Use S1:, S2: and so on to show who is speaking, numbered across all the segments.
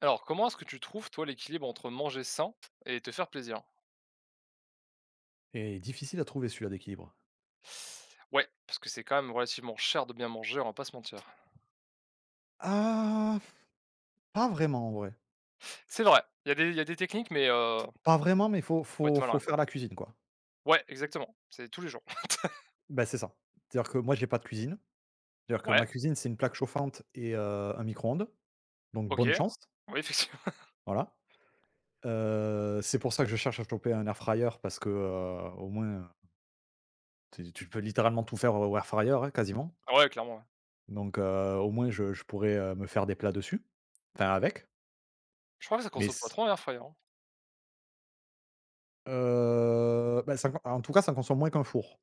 S1: Alors, comment est-ce que tu trouves, toi, l'équilibre entre manger sain et te faire plaisir?
S2: Et difficile à trouver celui-là d'équilibre.
S1: Ouais, parce que c'est quand même relativement cher de bien manger, on va pas se mentir.
S2: Ah, pas vraiment en vrai.
S1: C'est vrai, il y a des techniques, mais
S2: Pas vraiment, mais faut
S1: faut être
S2: faut
S1: malin,
S2: faut
S1: quoi.
S2: faire la cuisine, quoi.
S1: Ouais, exactement, c'est tous les jours.
S2: Ben c'est ça. C'est-à-dire que moi, j'ai pas de cuisine. C'est-à-dire que ma
S1: Ouais,
S2: cuisine, c'est une plaque chauffante et un micro-ondes, donc
S1: OK.
S2: bonne chance,
S1: Oui, effectivement.
S2: voilà. C'est pour ça que je cherche à choper un air fryer parce que, au moins, tu peux littéralement tout faire au air fryer, hein, quasiment.
S1: Ah ouais, clairement, ouais.
S2: Donc au moins je pourrais, me faire des plats dessus, enfin avec.
S1: Je crois que ça
S2: Mais
S1: consomme pas
S2: c
S1: trop un airfryer, hein?
S2: bah, ça en tout cas, ça consomme moins qu'un four.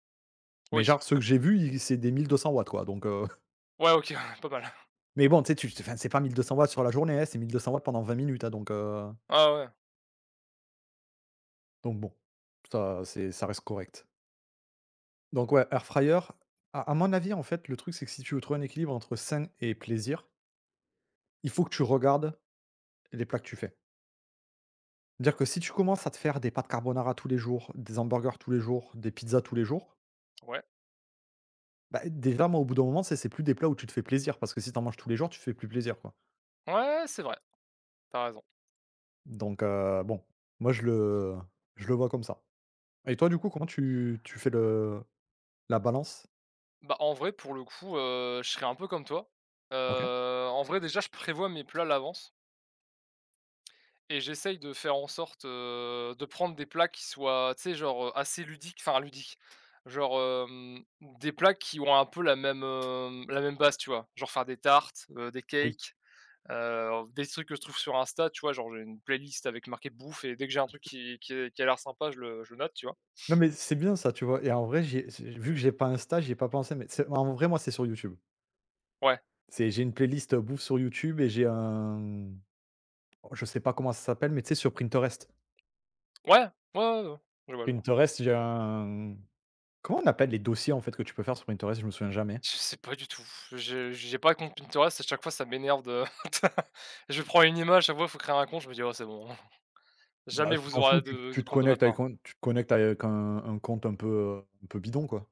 S2: Mais
S1: Oui.
S2: genre ceux que j'ai vus, ils c'est des 1200 watts quoi donc
S1: Ouais, OK, pas mal.
S2: mais bon tu sais tu enfin c'est pas 1200 watts sur la journée, hein, c'est 1200 watts pendant 20 minutes, hein,
S1: Ah ouais,
S2: donc bon, ça c'est ça reste correct. Donc ouais, air fryer, à mon avis en fait le truc c'est que si tu veux trouver un équilibre entre sain et plaisir, il faut que tu regardes les plats que tu fais. Cest à dire que si tu commences à te faire des pâtes carbonara tous les jours, des hamburgers tous les jours, des pizzas tous les jours,
S1: ouais.
S2: bah, déjà moi au bout d'un moment c'est plus des plats où tu te fais plaisir parce que si t'en manges tous les jours, tu te fais plus plaisir quoi.
S1: Ouais, c'est vrai, t'as raison.
S2: Donc bon, moi je le vois comme ça. Et toi, du coup, comment tu fais le la balance?
S1: Bah, en vrai, pour le coup, je serais un peu comme toi.
S2: OK.
S1: En vrai, déjà, je prévois mes plats à l'avance. Et j'essaye de faire en sorte, de prendre des plats qui soient, tu sais, genre, assez ludiques, enfin ludiques, genre, des plats qui ont un peu la même, la même base, tu vois? Genre faire des tartes, des
S2: Oui.
S1: cakes, des trucs que je trouve sur Insta, tu vois? Genre j'ai une playlist avec marqué bouffe et dès que j'ai un truc qui a l'air sympa, je le note, tu vois?
S2: Non, mais c'est bien ça, tu vois? Et en vrai, j'ai vu que j'ai pas Insta, j'y ai pas pensé, mais c'est en vrai, moi, c'est sur YouTube.
S1: Ouais,
S2: C'est j'ai une playlist, bouffe sur YouTube et j'ai un oh, je sais pas comment ça s'appelle, mais tu sais, sur Printerest.
S1: ouais, ouais, ouais, ouais, ouais. Je vois, je vois.
S2: Printerest, j'ai un comment on appelle les dossiers, en fait, que tu peux faire sur Printerest? Je me souviens jamais.
S1: Je sais pas du tout, je j'ai pas de compte Pinterest, à chaque fois ça m'énerve de je prends une image, à chaque fois, il faut créer un compte, je me dis: «Oh c'est bon». Jamais
S2: Bah, tu
S1: vous
S2: t'en
S1: aurez
S2: fous, tu
S1: de
S2: tu te
S1: compte de ma
S2: connectes
S1: part.
S2: avec un un compte un peu bidon, quoi.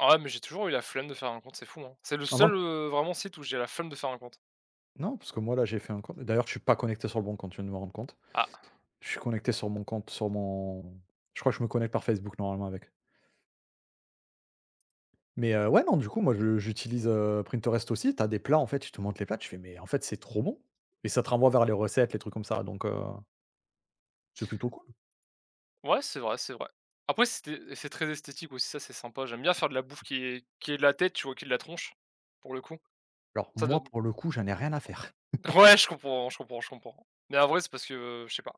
S1: Ah ouais, mais j'ai toujours eu la flemme de faire un compte, c'est fou, hein. C'est le seul,
S2: Avant
S1: vraiment site où j'ai la flemme de faire un compte.
S2: non, parce que moi, là, j'ai fait un compte. D'ailleurs, je suis pas connecté sur le bon compte, je viens de me rendre compte.
S1: Ah,
S2: Je suis connecté sur mon compte, sur mon je crois que je me connecte par Facebook normalement avec. Mais ouais, non, du coup, moi, je j'utilise, Printerest aussi. T'as des plats, en fait, ils te montrent les plats, tu fais: «Mais en fait, c'est trop bon» et ça te renvoie vers les recettes, les trucs comme ça, donc c'est plutôt cool.
S1: ouais, c'est vrai, c'est vrai. Après c'est très esthétique aussi, ça c'est sympa. J'aime bien faire de la bouffe qui est de la tête, tu vois, qui est de la tronche, pour le coup.
S2: Alors
S1: Ça
S2: moi,
S1: donne.
S2: pour le coup, j'en ai rien à faire.
S1: Ouais, je comprends, je comprends, je comprends. Mais en vrai, c'est parce que, je sais pas,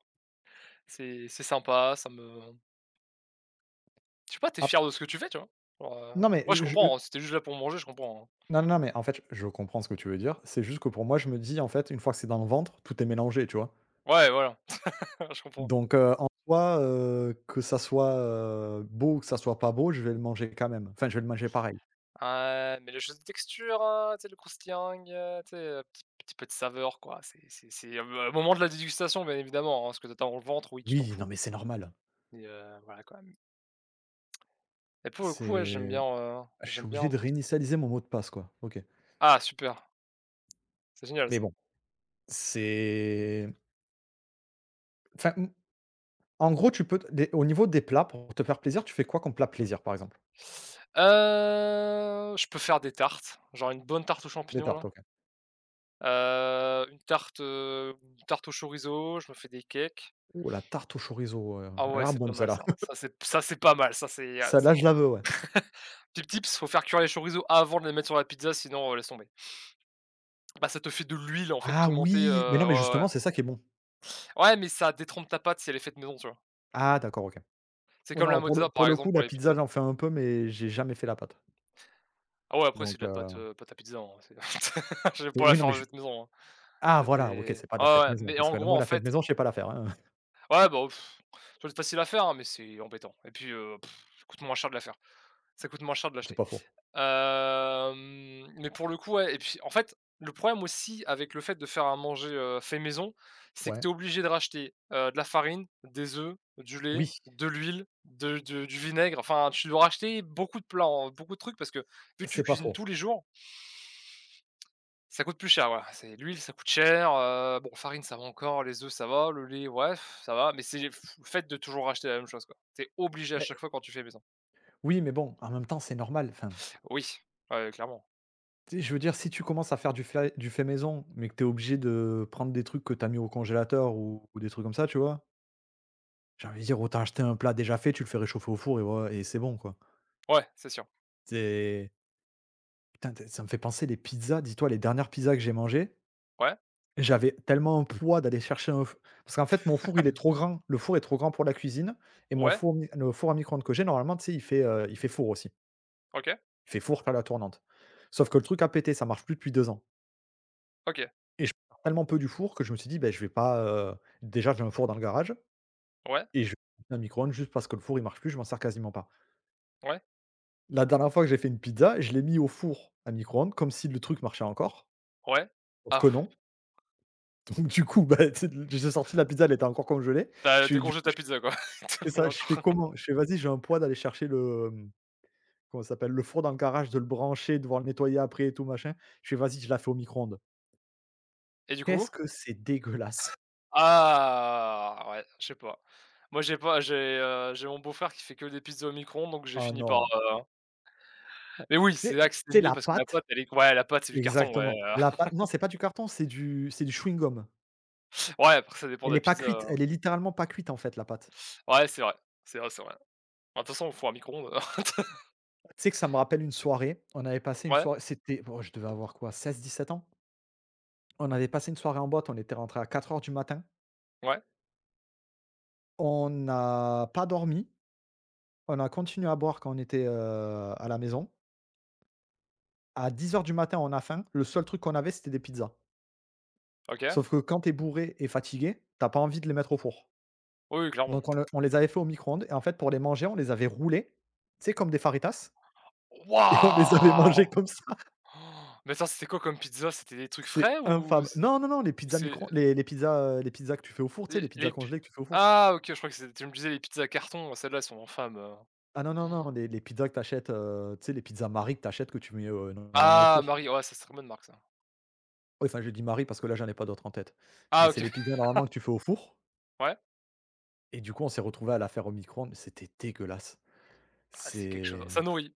S1: c'est sympa, ça me je sais pas, t'es
S2: Ah,
S1: fier de ce que tu fais, tu vois? Genre,
S2: non, mais
S1: ouais, je
S2: je
S1: comprends, hein, si juste là pour manger, je comprends, hein.
S2: non, non, non, mais en fait, je comprends ce que tu veux dire. C'est juste que pour moi, je me dis, en fait, une fois que c'est dans le ventre, tout est mélangé, tu vois?
S1: Ouais, voilà, je comprends.
S2: Donc en soi, que ça soit, beau ou que ça soit pas beau, je vais le manger quand même. Enfin, je vais le manger pareil.
S1: Ah, mais le jeu de texture, tu sais, le croustillant, tu sais, petit petit peu de saveur, quoi. C'est au moment de la dégustation, bien évidemment, hein, ce que t'as dans le ventre, oui, tu t'en
S2: Oui,
S1: fous,
S2: non, mais c'est normal.
S1: mais voilà, quand même et pour le coup, ouais,
S2: C'est ah, je suis
S1: j'aime bien
S2: obligé
S1: un
S2: de
S1: petit
S2: réinitialiser mon mot de passe, quoi. OK.
S1: ah, super, c'est génial
S2: Mais
S1: ça.
S2: bon, c'est enfin, mmh, en gros, tu peux t des au niveau des plats, pour te faire plaisir, tu fais quoi comme plat plaisir, par exemple?
S1: Je peux faire des tartes, genre une bonne tarte aux
S2: Des
S1: champignons,
S2: tartes,
S1: là.
S2: OK.
S1: Une tarte au chorizo, je me fais des cakes.
S2: Ouh, la tarte au chorizo,
S1: Ah
S2: elle a
S1: ouais,
S2: l'air
S1: c'est pas
S2: bonne
S1: mal
S2: celle-là.
S1: ça. Ça, c'est pas mal, ça, c'est
S2: Celle-là, je la veux, ouais.
S1: petit tips, faut faire cuire les chorizo avant de les mettre sur la pizza, sinon, laisse tomber. Bah, ça te fait de l'huile, en fait,
S2: Ah
S1: pimentée,
S2: oui! Mais non, mais
S1: ouais, ouais.
S2: justement, c'est ça qui est bon.
S1: Ouais, ouais, mais ça détrempe ta pâte si elle est faite maison, tu vois?
S2: Ah d'accord, OK.
S1: C'est
S2: Oui,
S1: comme
S2: non,
S1: la
S2: alors
S1: mozza, par
S2: pour le
S1: exemple,
S2: coup,
S1: pour
S2: la
S1: les
S2: pizza,
S1: pizzas.
S2: j'en fais un peu, mais j'ai jamais fait la pâte.
S1: Ah ouais, après c'est de
S2: Donc
S1: la pâte, pâte à pizza, hein, c'est je vais
S2: et
S1: pas la
S2: oui, non, mais
S1: faire
S2: je
S1: faite maison, hein.
S2: ah
S1: Ça, c'est
S2: voilà, OK,
S1: ouais,
S2: c'est pas de la fête
S1: ouais,
S2: maison,
S1: mais
S2: parce
S1: en
S2: que
S1: gros,
S2: moi,
S1: en
S2: la fête
S1: fait
S2: maison, je sais pas la faire, hein.
S1: ouais, bah, ça doit être facile à faire, hein, mais c'est embêtant et puis, ça coûte moins cher de la faire. Ça coûte moins cher de
S2: C'est
S1: l'acheter.
S2: pas faux.
S1: Mais pour le coup, ouais et puis, en fait, le problème aussi avec le fait de faire à manger, fait maison, c'est que
S2: Ouais.
S1: tu es obligé de racheter, de la farine, des œufs, du lait,
S2: Oui,
S1: de l'huile, de du vinaigre, enfin, tu dois racheter beaucoup de plats, en beaucoup de trucs parce que vu que tu
S2: c'est pas
S1: cuisines tous
S2: faux.
S1: les jours, ça coûte plus cher, voilà. C'est l'huile, ça coûte cher, bon, farine, ça va encore, les œufs, ça va, le lait, ouais, pff, ça va, mais c'est le fait de toujours racheter la même chose, quoi. Tu obligé à chaque fois quand tu fais maison.
S2: Oui, mais bon, en même temps, c'est normal. Enfin,
S1: Oui, ouais, clairement.
S2: tu sais, je veux dire, si tu commences à faire du fait maison, mais que tu es obligé de prendre des trucs que tu as mis au congélateur ou des trucs comme ça, tu vois, j'ai envie de dire, autant acheter un plat déjà fait, tu le fais réchauffer au four et, voilà, et c'est bon, quoi.
S1: Ouais, c'est sûr.
S2: C'est... Putain, ça me fait penser les pizzas. Dis-toi, les dernières pizzas que j'ai mangées,
S1: Ouais,
S2: j'avais tellement un poids d'aller chercher Parce qu'en fait, mon four, il est trop grand. Le four est trop grand pour la cuisine. Et mon
S1: ouais,
S2: four, le four à micro-ondes que j'ai, normalement, tu sais, il fait four aussi.
S1: OK,
S2: Il fait four par la tournante. Sauf que le truc a pété, ça marche plus depuis 2 ans.
S1: OK.
S2: Et je sors tellement peu du four que je me suis dit: ben je vais pas, heu» déjà j'ai un four dans le garage
S1: Ouais,
S2: et je vais mettre un micro-ondes juste parce que le four il marche plus, je m'en sers quasiment pas.
S1: ouais,
S2: La dernière fois que j'ai fait une pizza, je l'ai mis au four à micro-ondes comme si le truc marchait encore,
S1: ouais.
S2: sauf
S1: Ah,
S2: que non. Donc du coup, bah, tu sais, j'ai sorti la pizza, elle était encore congelée.
S1: t'as
S2: Je
S1: as
S2: fais du
S1: décongèles
S2: coup
S1: ta pizza quoi.
S2: c'est
S1: Et
S2: ça, je fais
S1: encore.
S2: comment? Je fais: «Vas-y, j'ai un poids d'aller chercher le, mmh, comment ça s'appelle? Le four dans le garage, de le brancher, de devoir le nettoyer après et tout machin». Je fais: «Vas-y, je la fais au micro-ondes».
S1: Et du coup?
S2: Qu'est-ce que c'est dégueulasse!
S1: Ah ouais, je sais pas. Moi j'ai pas j'ai, j'ai mon beau-frère qui fait que des pizzas au micro-ondes, donc j'ai
S2: Ah
S1: fini par,
S2: non!
S1: mais oui, c'est là que c'est
S2: c'est
S1: mieux
S2: la
S1: parce que la
S2: pâte.
S1: pâte elle est ouais, la pâte c'est du carton, ouais,
S2: Exactement. La pâte non, c'est pas du carton, c'est du chewing-gum.
S1: ouais, après ça dépend de
S2: Elle
S1: la
S2: est pas
S1: pizza,
S2: cuite, elle est littéralement pas cuite, en fait, la pâte.
S1: ouais, c'est vrai, c'est vrai, c'est vrai. Bah, de toute façon au four à micro-ondes,
S2: Tu sais que ça me rappelle une soirée, on avait passé une
S1: ouais,
S2: soirée c'était oh, je devais avoir quoi? 16-17 ans? On avait passé une soirée en boîte, on était rentré à 4 heures du matin.
S1: ouais,
S2: On n'a pas dormi, on a continué à boire quand on était, à la maison. À 10 heures du matin, on a faim, le seul truc qu'on avait, c'était des pizzas.
S1: OK.
S2: Sauf que quand t'es bourré et fatigué, t'as pas envie de les mettre au four.
S1: Oui, oui, clairement.
S2: Donc on les avait fait au micro-ondes et en fait, pour les manger, on les avait roulés, tu sais, comme des faritas. Et on les avait mangées
S1: Waouh!
S2: comme ça,
S1: Mais attends, c'était quoi comme pizza? C'était des trucs
S2: c'était
S1: frais ou
S2: infâme.
S1: c'est
S2: Non, non, non, les
S1: ou
S2: pizzas
S1: c'est
S2: micro les pizzas que tu fais au four, tu sais, les
S1: Les
S2: pizzas
S1: les pi
S2: congelées que tu fais au four.
S1: ah OK, je crois que c'est tu me disais les pizzas carton, celles-là, elles sont infâmes.
S2: Ah non, non, non, les pizzas que t'achètes achètes, tu sais, les pizzas Marie que t'achètes que tu mets, normalement au
S1: Ah
S2: four.
S1: Marie, ouais, ça c'est très bonne marque ça.
S2: Oui, enfin, je dis Marie parce que là, j'en ai pas d'autres en tête.
S1: Ah
S2: Mais
S1: OK,
S2: c'est les pizzas normalement que tu fais au four
S1: ouais,
S2: et du coup, on s'est retrouvé à la faire au micro-ondes, mais c'était dégueulasse.
S1: ah c'est quelque chose,
S2: C'est
S1: ça nourrit.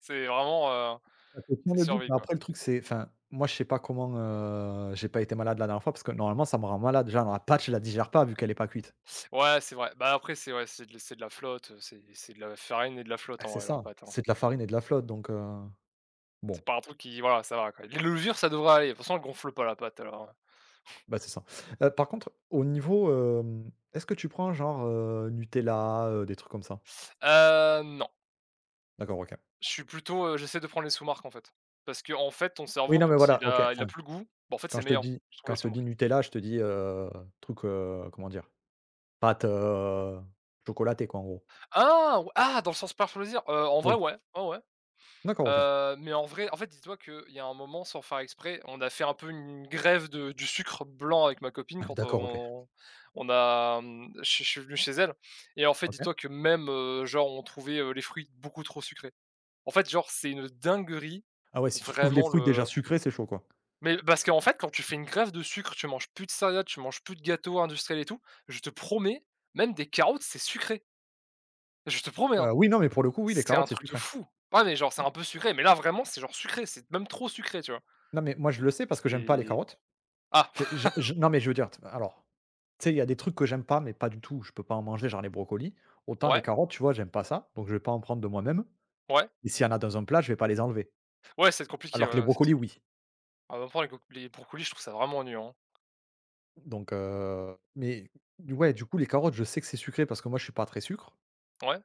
S1: C'est vraiment,
S2: ça te tient
S1: c'est
S2: le bide,
S1: survie
S2: mais
S1: quoi.
S2: après le truc, c'est enfin, moi, je sais pas comment, j'ai pas été malade la dernière fois parce que normalement, ça me rend malade. Déjà la pâte, je la digère pas vu qu'elle est pas cuite.
S1: Ouais, c'est vrai. Bah, après c'est ouais, c'est de la flotte, c'est de la farine et de la flotte
S2: Ah,
S1: en
S2: c'est
S1: vrai leurs
S2: ça,
S1: pâtes, hein.
S2: c'est de la farine et de la flotte donc Bon,
S1: C'est pas un truc qui voilà, ça va quoi. Les levures, ça devrait aller, de toute façon, elles gonflent pas la pâte alors.
S2: bah, c'est ça. Par contre, au niveau, est-ce que tu prends genre, Nutella, des trucs comme ça?
S1: Non,
S2: D'accord, OK.
S1: je suis plutôt, j'essaie de prendre les sous-marques en fait. Parce que en fait, ton
S2: Oui,
S1: cerveau
S2: non, mais
S1: quand il
S2: voilà, OK.
S1: a il a
S2: Enfin,
S1: plus le goût, bah, en fait, c'est meilleur, je trouve
S2: quand
S1: les
S2: je te dis
S1: sous-marques.
S2: Nutella, je te dis, truc, comment dire? Pâte, chocolatée quoi, en gros.
S1: Ah! Ou ah, dans le sens par plaisir? En vrai,
S2: Oui.
S1: ouais, ouais, ouais.
S2: D'accord, OK.
S1: Mais en vrai, en fait, dis-toi qu'il y a un moment, sans faire exprès, on a fait un peu une grève de du sucre blanc avec ma copine
S2: Ah,
S1: quand
S2: D'accord, OK.
S1: on a, je suis venu chez elle et en fait,
S2: OK.
S1: dis-toi que même, genre, on trouvait, les fruits beaucoup trop sucrés. En fait, genre, c'est une dinguerie,
S2: Ah ouais, si tu trouves les
S1: vraiment
S2: fruits déjà
S1: le
S2: sucrés, c'est chaud, quoi.
S1: mais parce qu'en fait, quand tu fais une grève de sucre, tu manges plus de céréales, tu manges plus de gâteaux industriels et tout, je te promets, même des carottes, c'est sucré. Je te promets, hein!
S2: Oui, non, mais pour le coup, oui, les
S1: C'est un
S2: carottes, c'est
S1: truc de
S2: sucré.
S1: fou. Ouais, mais genre, c'est un peu sucré, mais là, vraiment, c'est genre sucré, c'est même trop sucré, tu vois?
S2: Non, mais moi, je le sais parce que j'aime pas les
S1: C'est
S2: carottes.
S1: ah!
S2: Tu sais, je non, mais je veux dire, tu sais, il y a des trucs que j'aime pas, mais pas du tout, je peux pas en manger, genre les brocolis. Autant les
S1: Ouais,
S2: carottes, tu vois, j'aime pas ça, donc je vais pas en prendre de moi-même
S1: ouais,
S2: et s'il y en a dans un plat, je vais pas les enlever.
S1: ouais, c'est compliqué, ouais,
S2: Alors que les
S1: ouais, c'est sûr.
S2: brocolis, oui.
S1: En même temps, les brocolis, je trouve ça vraiment ennuyeux, hein.
S2: Donc mais ouais, du coup, les carottes, je sais que c'est sucré parce que moi, je suis pas très sucre.
S1: Ouais?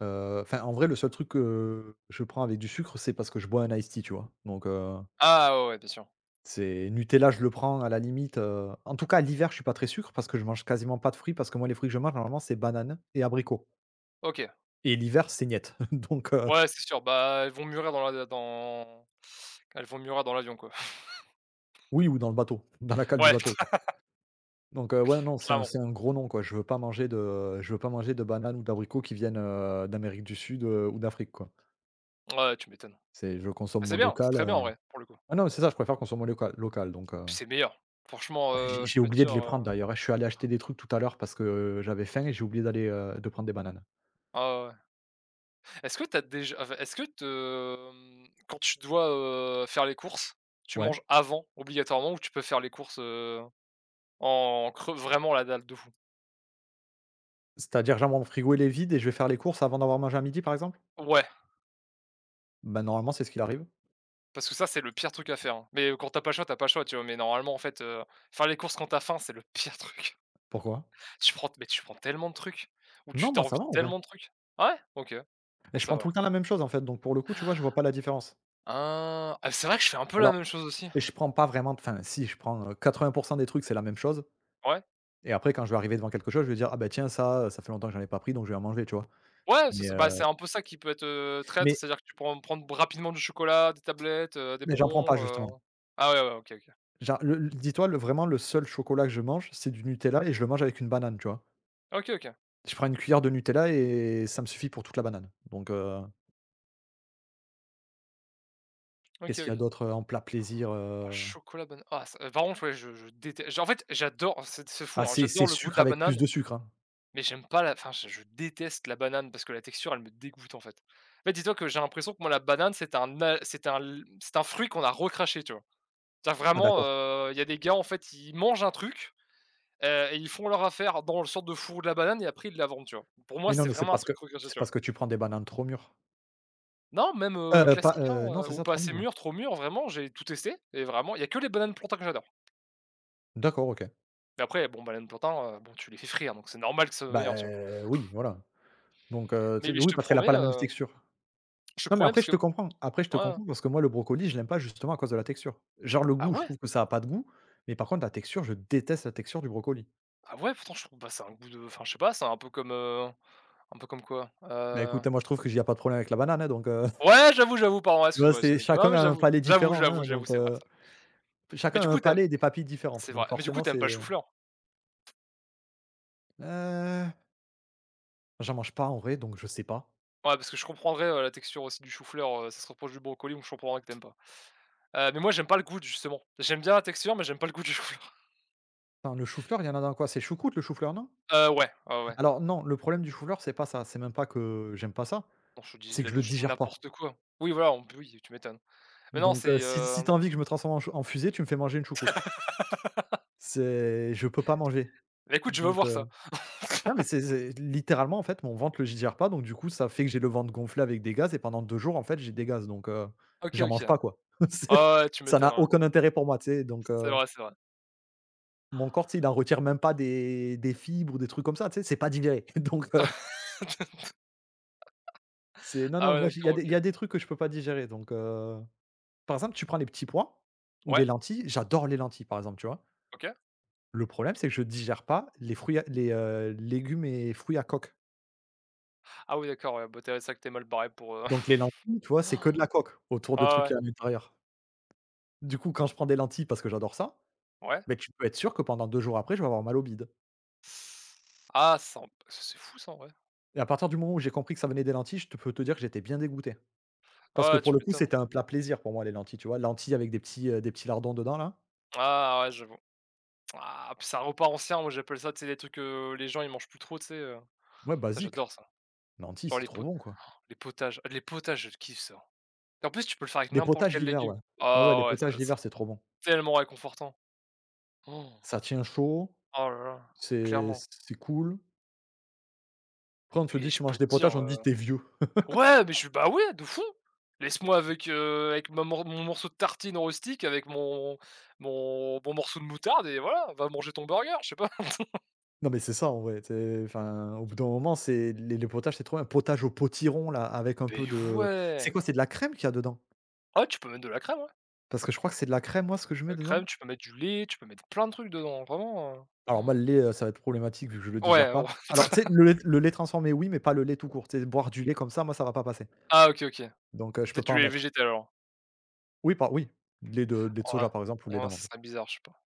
S2: Enfin, en vrai, le seul truc que je prends avec du sucre, c'est parce que je bois un iced tea, tu vois? Donc
S1: Ah ouais, ouais, bien sûr.
S2: c'est Nutella, je le prends à la limite, en tout cas, l'hiver, je suis pas très sucre parce que je mange quasiment pas de fruits parce que moi, les fruits que je mange, normalement, c'est banane et abricot.
S1: OK.
S2: Et l'hiver, c'est niet. Donc,
S1: Ouais, c'est sûr, bah, elles vont mûrir dans l'avion, quoi.
S2: oui ou dans le bateau, dans la cale du
S1: Ouais,
S2: bateau, quoi. Donc, ouais, non, c'est un
S1: clairement.
S2: c'est un gros non, quoi. Je veux pas manger de je veux pas manger de bananes ou d'abricots qui viennent, d'Amérique du Sud, ou d'Afrique, quoi.
S1: Ouais, tu m'étonnes.
S2: C'est Je
S1: Bah,
S2: consomme
S1: c'est
S2: mon
S1: bien, c'est
S2: local,
S1: très bien en
S2: heu
S1: vrai, pour le coup.
S2: Ah non, mais c'est ça, je préfère consommer mon local local. Donc,
S1: C'est meilleur. Franchement,
S2: ouais, j'ai
S1: je
S2: j'ai
S1: peux te
S2: oublié de
S1: dire,
S2: les prendre d'ailleurs, hein. Je suis allé acheter des trucs tout à l'heure parce que j'avais faim et j'ai oublié de prendre des bananes.
S1: ah ouais, ouais. Est-ce que t'as déjà enfin, est-ce que te quand tu dois, faire les courses, tu
S2: Ouais.
S1: manges avant obligatoirement ou tu peux faire les courses, en creux vraiment la dalle de fou?
S2: C'est-à-dire, genre, mon frigo, il est vide et je vais faire les courses avant d'avoir mangé à midi, par exemple?
S1: Ouais,
S2: Ben, normalement, c'est ce qu'il arrive.
S1: parce que ça, c'est le pire truc à faire, hein. Mais, quand t'as pas le choix, t'as pas le choix, tu vois? Mais normalement, en fait, faire les courses quand t'as faim, c'est le pire truc.
S2: Pourquoi?
S1: Tu prends mais tu prends tellement de trucs ou tu
S2: Non,
S1: t'as
S2: moi, ça
S1: envie
S2: va,
S1: de
S2: en vrai.
S1: tellement de trucs. Ah ouais? OK,
S2: Mais
S1: bon
S2: je
S1: ça
S2: prends
S1: va
S2: tout
S1: alors.
S2: le temps la même chose en fait, donc pour le coup, tu vois, je vois pas la différence.
S1: Ah, ah, c'est vrai que je fais un peu la
S2: Alors,
S1: même chose aussi.
S2: et je prends pas vraiment, enfin, si, je prends, 80 des trucs, c'est la même chose
S1: Ouais.
S2: et après quand je vais arriver devant quelque chose, je vais dire: «Ah bah tiens ça, ça fait longtemps que j'en ai pas pris donc je vais en manger», tu vois?
S1: Ouais, c'est
S2: Mais,
S1: ça, bah,
S2: heu,
S1: c'est un peu ça qui peut être, traître,
S2: mais
S1: c'est-à-dire que tu peux me prendre rapidement du chocolat, des tablettes, des
S2: mais j'en prends pas
S1: bonbons,
S2: justement.
S1: ah ouais, ouais, OK, OK.
S2: Genre, le dis-toi, le seul chocolat que je mange, c'est du Nutella et je le mange avec une banane, tu vois?
S1: OK, OK.
S2: Je prends une cuillère de Nutella et ça me suffit pour toute la banane. Donc,
S1: OK,
S2: qu'est-ce qu'il y a
S1: OK.
S2: d'autre, en plat plaisir?
S1: Ah chocolat, banane, ah ça par contre, ouais, je déteste j en fait, j'adore oh, c'est fou,
S2: Ah,
S1: hein,
S2: c'est
S1: j'adore
S2: c'est
S1: le goût de
S2: sucre
S1: la
S2: avec
S1: banane,
S2: plus de sucre, hein.
S1: mais j'aime pas la enfin, je déteste la banane parce que la texture, elle me dégoûte, en fait. En fait, dis-toi que j'ai l'impression que moi, la banane, c'est un fruit qu'on a recraché, tu vois? C'est-à-dire
S2: Ah,
S1: vraiment,
S2: d'accord.
S1: il y a des gars, en fait, ils mangent un truc. Et ils font leur affaire dans le sorte de four de la banane et après ils la vendent, tu vois? Pour moi,
S2: Mais non,
S1: c'est
S2: mais c'est
S1: vraiment un
S2: parce
S1: truc
S2: que
S1: croquetteux,
S2: c'est
S1: tu vois?
S2: parce que tu prends des bananes trop mûres.
S1: Non, même,
S2: Pas,
S1: classique, hein,
S2: non, c'est
S1: ou
S2: ça,
S1: pas
S2: trop
S1: assez
S2: mûres, ouais.
S1: mûr, trop mûr, vraiment, j'ai tout testé et vraiment, il y a que les bananes plantains que j'adore.
S2: D'accord, OK.
S1: Mais après, bon, bananes plantains, bon, tu les fais frire, donc c'est normal que ça soit
S2: Bah,
S1: meilleur, tu vois?
S2: oui, voilà. Donc,
S1: Mais
S2: tu sais,
S1: mais je
S2: oui,
S1: te
S2: parce qu'elle a
S1: promets,
S2: pas la même
S1: heu,
S2: texture.
S1: je te
S2: Non, mais
S1: promets
S2: après
S1: parce
S2: je
S1: que
S2: te comprends. Après je te
S1: ouais.
S2: comprends parce que moi le brocoli, je l'aime pas justement à cause de la texture. Genre le
S1: Ah
S2: goût, je
S1: ouais?
S2: trouve que ça a pas de goût, mais par contre la texture, je déteste la texture du brocoli.
S1: Ah ouais, pourtant je trouve, bah, c'est un goût de enfin, je sais pas, c'est un peu comme quoi?
S2: Bah,
S1: Heu,
S2: écoute, moi je trouve qu'il y a pas de problème avec la banane, hein. Donc,
S1: ouais, j'avoue, j'avoue, pardon,
S2: tu vois,
S1: excuse-moi,
S2: c'est
S1: excuse non,
S2: chacun
S1: mais
S2: a un
S1: j'avoue,
S2: palais
S1: j'avoue,
S2: différent,
S1: j'avoue,
S2: hein.
S1: j'avoue,
S2: donc
S1: c'est vrai,
S2: heu,
S1: ça. Mais
S2: chacun a
S1: du
S2: un
S1: coup, t'aimes,
S2: palais et des papilles différentes,
S1: c'est
S2: donc
S1: vrai, mais du coup,
S2: forcément
S1: t'aimes pas
S2: c'est
S1: le chou-fleur?
S2: heu, j'en mange pas en vrai, donc je sais pas.
S1: Ouais, parce que je comprendrais, la texture aussi du chou-fleur, ça se rapproche du brocoli, donc je comprendrais que t'aimes pas. Mais moi j'aime pas le goût justement. J'aime bien la texture, mais j'aime pas le goût du chou-fleur.
S2: Attends, le chou-fleur, il y en a dans quoi? C'est choucroute le chou-fleur, non?
S1: Ouais, ouais, ouais.
S2: Alors non, le problème du chou-fleur, c'est pas ça, c'est même pas que j'aime pas ça,
S1: Non, je te dis
S2: c'est que je le digère pas.
S1: n'importe quoi. Oui, voilà, on oui, tu m'étonnes. Mais non,
S2: Donc,
S1: c'est,
S2: si tu envie que je me transforme en fusée, tu me fais manger une choucroute. C'est Je peux pas manger.
S1: bah, écoute, je veux
S2: Donc
S1: voir ça.
S2: heu, non, mais c'est littéralement, en fait, mon ventre le digère pas, donc du coup, ça fait que j'ai le ventre gonflé avec des gaz et pendant 2 jours, en fait, j'ai des gaz. Donc,
S1: OK,
S2: j'en
S1: OK.
S2: mange pas, quoi. C'est
S1: Ah ouais, tu
S2: Ça
S1: m'étonnes,
S2: n'a
S1: ouais.
S2: aucun intérêt pour moi, tu sais? Donc
S1: C'est
S2: heu,
S1: vrai, c'est vrai.
S2: mon corps, tu sais, il en retire même pas des fibres ou des trucs comme ça, tu sais? C'est pas digéré. donc C'est Non,
S1: Ah
S2: non, mais
S1: ouais,
S2: moi j'ai il y
S1: d'accord,
S2: a des il
S1: OK.
S2: y a des trucs que je peux pas digérer. Donc, par exemple, tu prends les petits pois ou les
S1: Ouais,
S2: lentilles, j'adore les lentilles, par exemple, tu vois?
S1: OK.
S2: Le problème, c'est que je digère pas les légumes et fruits à coque.
S1: Ah oui, d'accord, ouais, bah, tu es que t'es mal barré pour,
S2: Donc les lentilles, tu
S1: ouais,
S2: vois, c'est que de la coque autour de trucs
S1: ouais,
S2: qu'il à l'intérieur. Du coup, quand je prends des lentilles parce que j'adore ça,
S1: ouais.
S2: mais tu peux être sûr que pendant 2 jours après, je vais avoir mal au bide
S1: Ah, ça en ça, c'est fou ça, en vrai.
S2: et à partir du moment où j'ai compris que ça venait des lentilles, je te peux te dire que j'étais bien dégoûté. Parce
S1: Ah,
S2: que
S1: ouais,
S2: pour
S1: tu
S2: le coup,
S1: m'étonnes.
S2: c'était un plat plaisir pour moi les lentilles, tu vois? Lentilles avec des petits lardons dedans là.
S1: Ah ouais, je. Ah, puis c'est un repas ancien, moi j'appelle ça, tu sais, les trucs que les gens ils mangent plus trop, tu sais?
S2: Ouais,
S1: Ça
S2: basique.
S1: j'adore ça.
S2: Lentilles,
S1: Genre
S2: c'est
S1: les
S2: trop
S1: po
S2: bon, quoi.
S1: les potages, ah, les potages, je kiffe ça. Et en plus, tu peux le faire avec
S2: Les
S1: n'importe
S2: potages
S1: quel
S2: d'hiver,
S1: légume.
S2: ouais. Ouais, ouais, les
S1: Ah ouais, ça
S2: potages
S1: c'est
S2: d'hiver, c'est trop bon.
S1: tellement réconfortant. Oh
S2: Ça tient chaud,
S1: oh là là,
S2: c'est
S1: clairement.
S2: c'est cool. Après, on te
S1: Puis
S2: dit:
S1: je
S2: «Tu
S1: peux
S2: manges des
S1: te dire,
S2: potages», on te dit: t'es vieux».
S1: ouais, mais je suis bah ouais, de fou! Laisse-moi avec, avec ma mor mon morceau de tartine rustique, avec mon morceau de moutarde et voilà, va manger ton burger, je sais pas.
S2: Non, mais c'est ça, en vrai, tu enfin, au bout d'un moment, c'est les potages, c'est trop bien. Potage au potiron, là, avec un peu
S1: Beh
S2: de
S1: ouais!
S2: c'est quoi? C'est de la crème qu'il y a dedans?
S1: Ah, ouais, tu peux mettre de la crème, hein.
S2: Parce que je crois que c'est de la crème, moi, ce que je mets
S1: Heu,
S2: dedans?
S1: crème, tu peux mettre du lait, tu peux mettre plein de trucs dedans, vraiment,
S2: Alors moi, le lait, ça va être problématique vu que je le digère
S1: ouais,
S2: pas.
S1: bon.
S2: Alors, tu sais, le lait transformé, oui, mais pas le lait tout court. Tu sais, boire du lait comme ça, moi, ça va pas passer.
S1: Ah OK, OK.
S2: Donc, je peux
S1: Peut-être
S2: pas
S1: du
S2: en
S1: lait
S2: mettre.
S1: végétal alors.
S2: Oui, pas, oui, lait de
S1: Ouais,
S2: soja, par exemple, ou lait
S1: ouais, ça
S2: d'amande.
S1: serait bizarre, je sais pas.